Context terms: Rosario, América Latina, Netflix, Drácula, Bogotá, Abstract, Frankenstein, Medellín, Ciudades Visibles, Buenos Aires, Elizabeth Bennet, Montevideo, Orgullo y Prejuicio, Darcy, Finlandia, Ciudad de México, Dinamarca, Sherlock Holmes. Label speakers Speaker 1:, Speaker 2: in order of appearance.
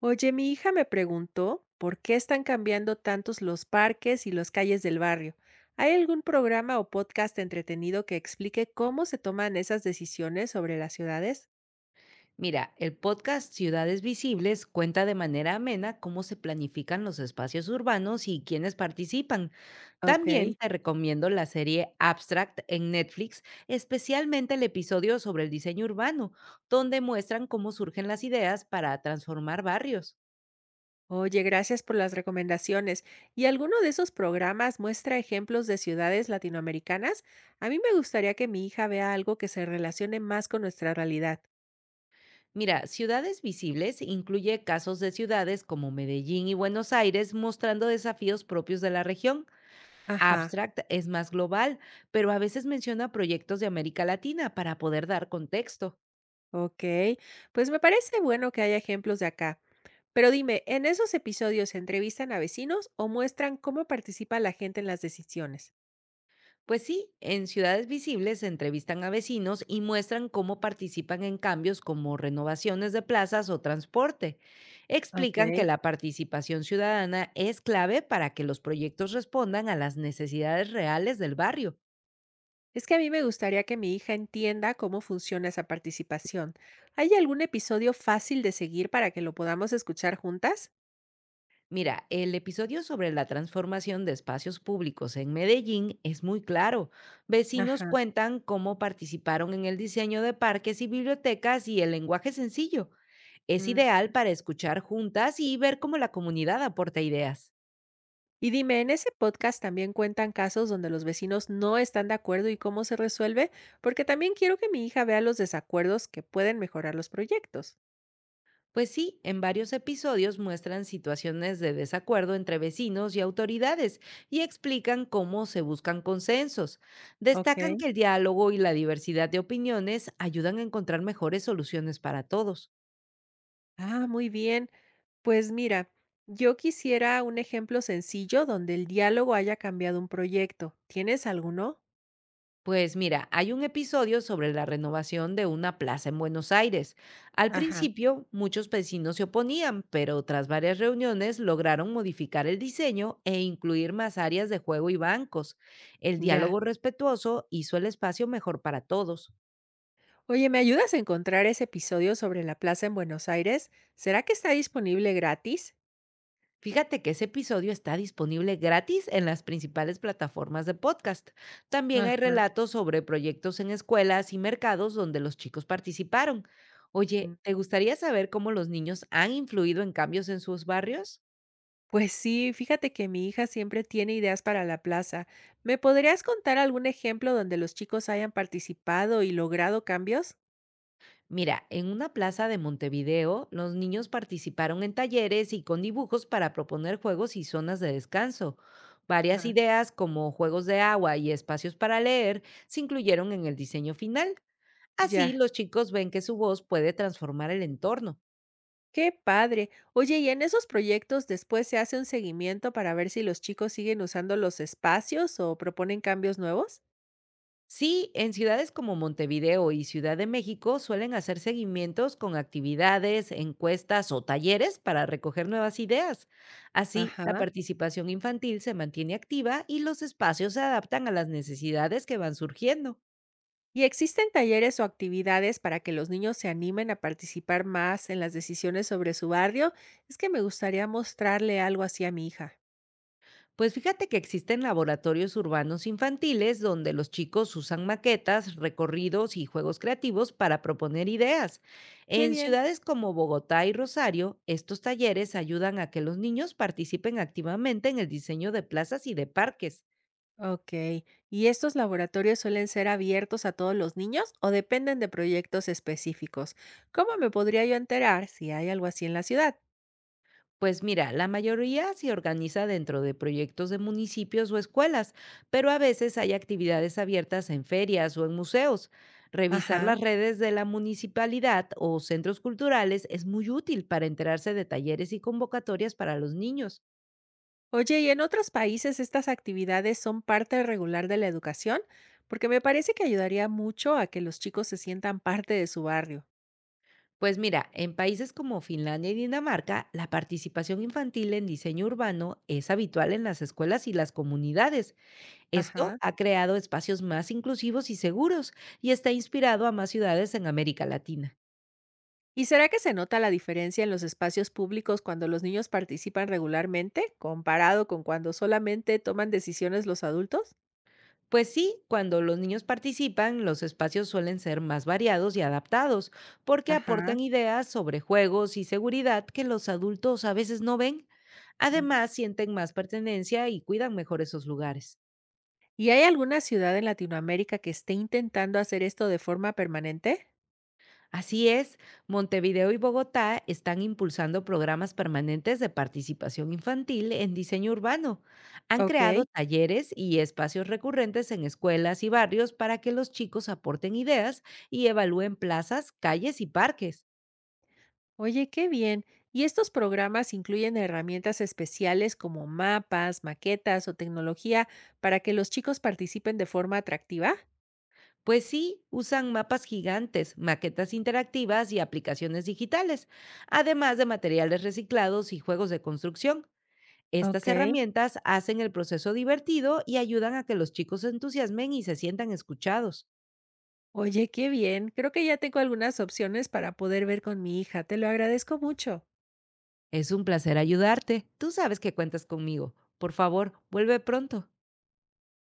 Speaker 1: Oye, mi hija me preguntó por qué están cambiando tantos los parques y las calles del barrio. ¿Hay algún programa o podcast entretenido que explique cómo se toman esas decisiones sobre las ciudades?
Speaker 2: Mira, el podcast Ciudades Visibles cuenta de manera amena cómo se planifican los espacios urbanos y quiénes participan. También
Speaker 1: Ok.
Speaker 2: te recomiendo la serie Abstract en Netflix, especialmente el episodio sobre el diseño urbano, donde muestran cómo surgen las ideas para transformar barrios.
Speaker 1: Oye, gracias por las recomendaciones. ¿Y alguno de esos programas muestra ejemplos de ciudades latinoamericanas? A mí me gustaría que mi hija vea algo que se relacione más con nuestra realidad.
Speaker 2: Mira, Ciudades Visibles incluye casos de ciudades como Medellín y Buenos Aires mostrando desafíos propios de la región.
Speaker 1: Ajá,
Speaker 2: Abstract es más global, pero a veces menciona proyectos de América Latina para poder dar contexto.
Speaker 1: ok. Pues me parece bueno que haya ejemplos de acá. Pero dime, ¿en esos episodios entrevistan a vecinos o muestran cómo participa la gente en las decisiones?
Speaker 2: Pues sí, en Ciudades Visibles se entrevistan a vecinos y muestran cómo participan en cambios como renovaciones de plazas o transporte.
Speaker 1: Ok.
Speaker 2: Explican que la participación ciudadana es clave para que los proyectos respondan a las necesidades reales del barrio.
Speaker 1: Es que a mí me gustaría que mi hija entienda cómo funciona esa participación. ¿Hay algún episodio fácil de seguir para que lo podamos escuchar juntas?
Speaker 2: Mira, el episodio sobre la transformación de espacios públicos en Medellín es muy claro. Vecinos
Speaker 1: Ajá.
Speaker 2: cuentan cómo participaron en el diseño de parques y bibliotecas y el lenguaje sencillo. Es
Speaker 1: Mm.
Speaker 2: ideal para escuchar juntas y ver cómo la comunidad aporta ideas.
Speaker 1: Y dime, ¿en ese podcast también cuentan casos donde los vecinos no están de acuerdo y cómo se resuelve? Porque también quiero que mi hija vea los desacuerdos que pueden mejorar los proyectos.
Speaker 2: Pues sí, en varios episodios muestran situaciones de desacuerdo entre vecinos y autoridades y explican cómo se buscan consensos.
Speaker 1: Ok.
Speaker 2: Destacan que el diálogo y la diversidad de opiniones ayudan a encontrar mejores soluciones para todos.
Speaker 1: Ah, muy bien. Pues mira, yo quisiera un ejemplo sencillo donde el diálogo haya cambiado un proyecto. ¿Tienes alguno?
Speaker 2: Pues mira, hay un episodio sobre la renovación de una plaza en Buenos Aires. Al
Speaker 1: Ajá.
Speaker 2: principio, muchos vecinos se oponían, pero tras varias reuniones lograron modificar el diseño e incluir más áreas de juego y bancos. El
Speaker 1: Ya.
Speaker 2: diálogo respetuoso hizo el espacio mejor para todos.
Speaker 1: Oye, ¿me ayudas a encontrar ese episodio sobre la plaza en Buenos Aires? ¿Será que está disponible gratis?
Speaker 2: Fíjate que ese episodio está disponible gratis en las principales plataformas de podcast. También hay
Speaker 1: Ajá.
Speaker 2: relatos sobre proyectos en escuelas y mercados donde los chicos participaron.
Speaker 1: Mm,
Speaker 2: Oye, ¿te gustaría saber cómo los niños han influido en cambios en sus barrios?
Speaker 1: Pues sí, fíjate que mi hija siempre tiene ideas para la plaza. ¿Me podrías contar algún ejemplo donde los chicos hayan participado y logrado cambios?
Speaker 2: Mira, en una plaza de Montevideo, los niños participaron en talleres y con dibujos para proponer juegos y zonas de descanso. Varias
Speaker 1: Ajá.
Speaker 2: ideas como juegos de agua y espacios para leer se incluyeron en el diseño final. Así,
Speaker 1: Ya.
Speaker 2: los chicos ven que su voz puede transformar el entorno.
Speaker 1: Qué padre. Oye, y en esos proyectos después se hace un seguimiento para ver si los chicos siguen usando los espacios o proponen cambios nuevos.
Speaker 2: Sí, en ciudades como Montevideo y Ciudad de México suelen hacer seguimientos con actividades, encuestas o talleres para recoger nuevas ideas. Así, la
Speaker 1: Ajá.
Speaker 2: participación infantil se mantiene activa y los espacios se adaptan a las necesidades que van surgiendo.
Speaker 1: ¿Y existen talleres o actividades para que los niños se animen a participar más en las decisiones sobre su barrio? Es que me gustaría mostrarle algo así a mi hija.
Speaker 2: Pues fíjate que existen laboratorios urbanos infantiles donde los chicos usan maquetas, recorridos y juegos creativos para proponer ideas.
Speaker 1: Qué
Speaker 2: En
Speaker 1: bien.
Speaker 2: ciudades como Bogotá y Rosario, estos talleres ayudan a que los niños participen activamente en el diseño de plazas y de parques.
Speaker 1: Ok. ¿Y estos laboratorios suelen ser abiertos a todos los niños o dependen de proyectos específicos? ¿Cómo me podría yo enterar si hay algo así en la ciudad?
Speaker 2: Pues mira, la mayoría se organiza dentro de proyectos de municipios o escuelas, pero a veces hay actividades abiertas en ferias o en museos. Revisar
Speaker 1: Ajá.
Speaker 2: las redes de la municipalidad o centros culturales es muy útil para enterarse de talleres y convocatorias para los niños.
Speaker 1: Oye, ¿y en otros países estas actividades son parte regular de la educación? Porque me parece que ayudaría mucho a que los chicos se sientan parte de su barrio.
Speaker 2: Pues mira, en países como Finlandia y Dinamarca, la participación infantil en diseño urbano es habitual en las escuelas y las comunidades. Esto
Speaker 1: Ajá.
Speaker 2: ha creado espacios más inclusivos y seguros y está inspirado a más ciudades en América Latina.
Speaker 1: ¿Y será que se nota la diferencia en los espacios públicos cuando los niños participan regularmente, comparado con cuando solamente toman decisiones los adultos?
Speaker 2: Pues sí, cuando los niños participan, los espacios suelen ser más variados y adaptados, porque
Speaker 1: Ajá.
Speaker 2: aportan ideas sobre juegos y seguridad que los adultos a veces no ven.
Speaker 1: Mm.
Speaker 2: Además, sienten más pertenencia y cuidan mejor esos lugares.
Speaker 1: ¿Y hay alguna ciudad en Latinoamérica que esté intentando hacer esto de forma permanente?
Speaker 2: Así es, Montevideo y Bogotá están impulsando programas permanentes de participación infantil en diseño urbano. Han creado
Speaker 1: Ok.
Speaker 2: talleres y espacios recurrentes en escuelas y barrios para que los chicos aporten ideas y evalúen plazas, calles y parques.
Speaker 1: Oye, qué bien. ¿Y estos programas incluyen herramientas especiales como mapas, maquetas o tecnología para que los chicos participen de forma atractiva?
Speaker 2: Pues sí, usan mapas gigantes, maquetas interactivas y aplicaciones digitales, además de materiales reciclados y juegos de construcción. Estas
Speaker 1: Ok.
Speaker 2: herramientas hacen el proceso divertido y ayudan a que los chicos se entusiasmen y se sientan escuchados.
Speaker 1: Oye, qué bien. Creo que ya tengo algunas opciones para poder ver con mi hija. Te lo agradezco mucho.
Speaker 2: Es un placer ayudarte. Tú sabes que cuentas conmigo. Por favor, vuelve pronto.